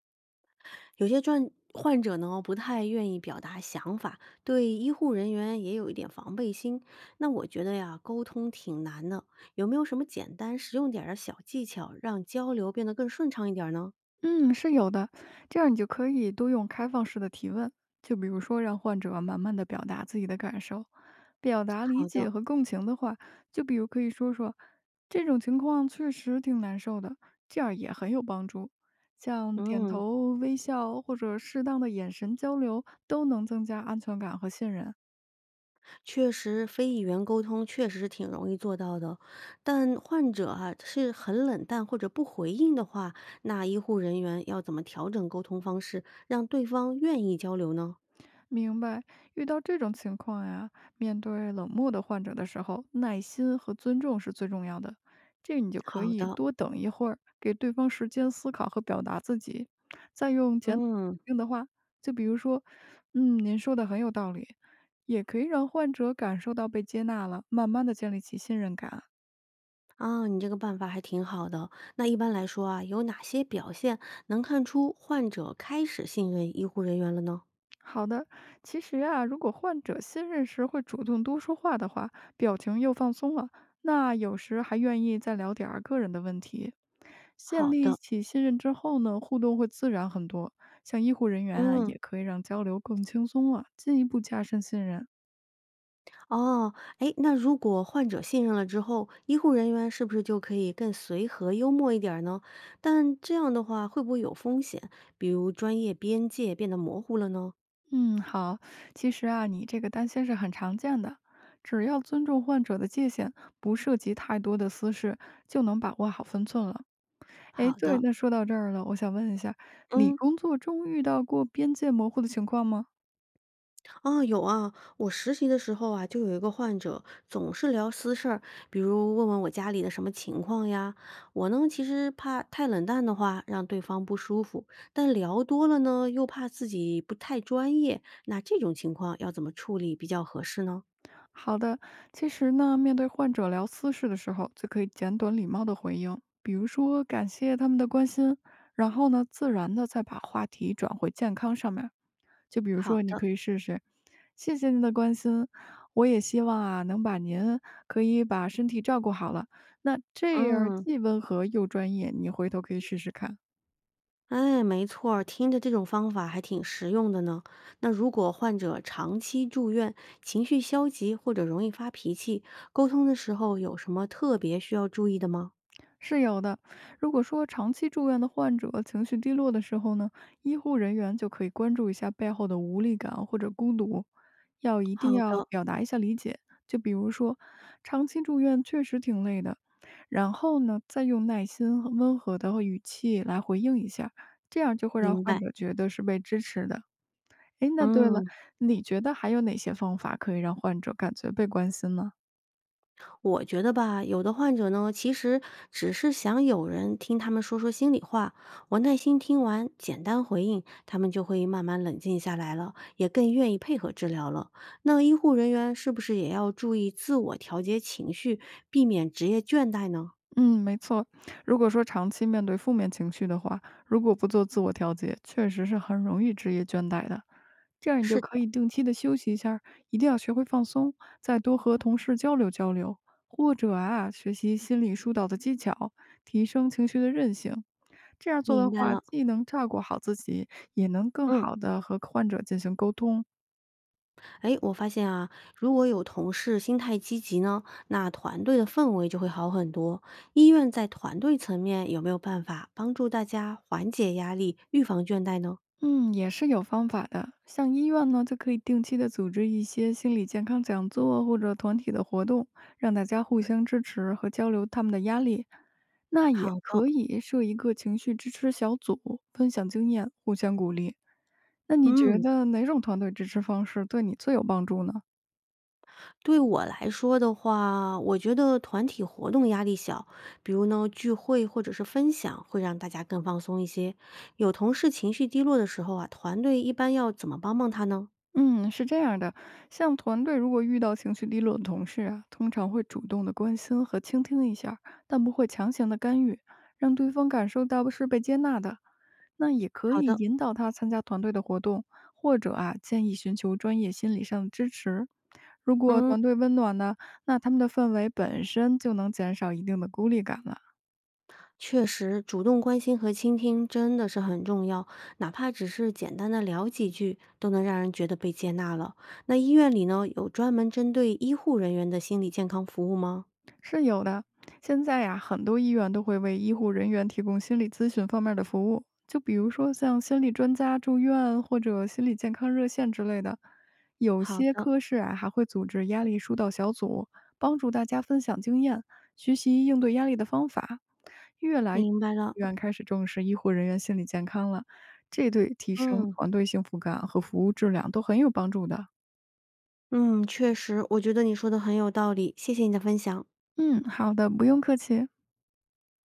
有些转患者呢不太愿意表达想法，对医护人员也有一点防备心。那我觉得呀，沟通挺难的，有没有什么简单实用点儿的小技巧，让交流变得更顺畅一点儿呢？嗯，是有的，这样你就可以多用开放式的提问，就比如说让患者慢慢的表达自己的感受，表达理好的。解和共情的话，就比如可以说说这种情况确实挺难受的，这样也很有帮助。像点嗯，头、微笑或者适当的眼神交流，都能增加安全感和信任。确实，非语言沟通确实是挺容易做到的，但患者啊是很冷淡或者不回应的话，那医护人员要怎么调整沟通方式，让对方愿意交流呢？明白，遇到这种情况呀，面对冷漠的患者的时候，耐心和尊重是最重要的。这你就可好以的，多等一会儿，给对方时间思考和表达自己，再用简嗯。短的话，就比如说，您说的很有道理，也可以让患者感受到被接纳了，慢慢的建立起信任感。啊，你这个办法还挺好的。那一般来说啊，有哪些表现能看出患者开始信任医护人员了呢？好的，其实啊，如果患者信任时会主动多说话的话，表情又放松了，那有时还愿意再聊点儿个人的问题。建好立的，起信任之后呢，互动会自然很多。像医护人员啊，嗯，也可以让交流更轻松了，进一步加深信任。哦，哎，那如果患者信任了之后，医护人员是不是就可以更随和、幽默一点儿呢？但这样的话会不会有风险，比如专业边界变得模糊了呢？嗯，好，其实啊，你这个担心是很常见的，只要尊重患者的界限，不涉及太多的私事，就能把握好分寸了。哎，好对，的，那说到这儿了，我想问一下，你嗯。工作中遇到过边界模糊的情况吗？啊，有啊，我实习的时候啊，就有一个患者总是聊私事儿，比如问问我家里的什么情况呀。我呢，其实怕太冷淡的话让对方不舒服，但聊多了呢，又怕自己不太专业。那这种情况要怎么处理比较合适呢？好的，其实呢，面对患者聊私事的时候，就可以简短礼貌的回应，比如说感谢他们的关心，然后呢，自然的再把话题转回健康上面就比如好说，你的，可以试试，谢谢您的关心，我也希望啊，能把您可以把身体照顾好了。那这样嗯，既温和又专业，你回头可以试试看。哎，没错儿，听着这种方法还挺实用的呢。那如果患者长期住院，情绪消极或者容易发脾气，沟通的时候有什么特别需要注意的吗？是有的。如果说长期住院的患者情绪低落的时候呢，医护人员就可以关注一下背后的无力感或者孤独，要一定好要的，表达一下理解。就比如说，长期住院确实挺累的，然后呢，再用耐心和温和的语气来回应一下，这样就会让明患白。者觉得是被支持的。诶，那对了，嗯，你觉得还有哪些方法可以让患者感觉被关心呢？我觉得吧，有的患者呢，其实只是想有人听他们说说心里话。我耐心听完，简单回应，他们就会慢慢冷静下来了，也更愿意配合治疗了。那医护人员是不是也要注意自我调节情绪，避免职业倦怠呢？嗯，没错。如果说长期面对负面情绪的话，如果不做自我调节，确实是很容易职业倦怠的。这样你就是可的，以定期的休息一下儿一定要学会放松，再多和同事交流交流，或者啊，学习心理疏导的技巧，提升情绪的韧性。这样做明的白话，了。既能照顾好自己，也能更嗯。好的和患者进行沟通。哎，我发现啊，如果有同事心态积极呢，那团队的氛围就会好很多。医院在团队层面有没有办法帮助大家缓解压力、预防倦怠呢？嗯，也是有方法的。像医院呢，就可以定期的组织一些心理健康讲座或者团体的活动，让大家互相支持和交流他们的压力。那也好的，可以设一个情绪支持小组，分享经验，互相鼓励。那你觉嗯，得哪种团队支持方式对你最有帮助呢？对我来说的话，我觉得团体活动压力小，比如呢聚会或者是分享，会让大家更放松一些。有同事情绪低落的时候啊，团队一般要怎么帮帮他呢？嗯，是这样的，像团队如果遇到情绪低落的同事啊，通常会主动的关心和倾听一下，但不会强行的干预，让对方感受到是被接纳的。那也可好以的，引导他参加团队的活动，或者啊，建议寻求专业心理上的支持。如果嗯。团队温暖呢，那他们的氛围本身就能减少一定的孤立感了。确实，主动关心和倾听真的是很重要，哪怕只是简单的聊几句，都能让人觉得被接纳了。那医院里呢，有专门针对医护人员的心理健康服务吗？是有的。现在呀，很多医院都会为医护人员提供心理咨询方面的服务，就比如说像心理专家住院或者心理健康热线之类的。有好些的，科室啊，还会组织压力疏导小组，帮助大家分享经验，学习应对压力的方法。越来越医明白了。院开始重视医护人员心理健康了，这对提升嗯团队幸福感和服务质量都很有帮助的。嗯，确实，我觉得你说的很有道理，谢谢你的分享。嗯，好的，不用客气。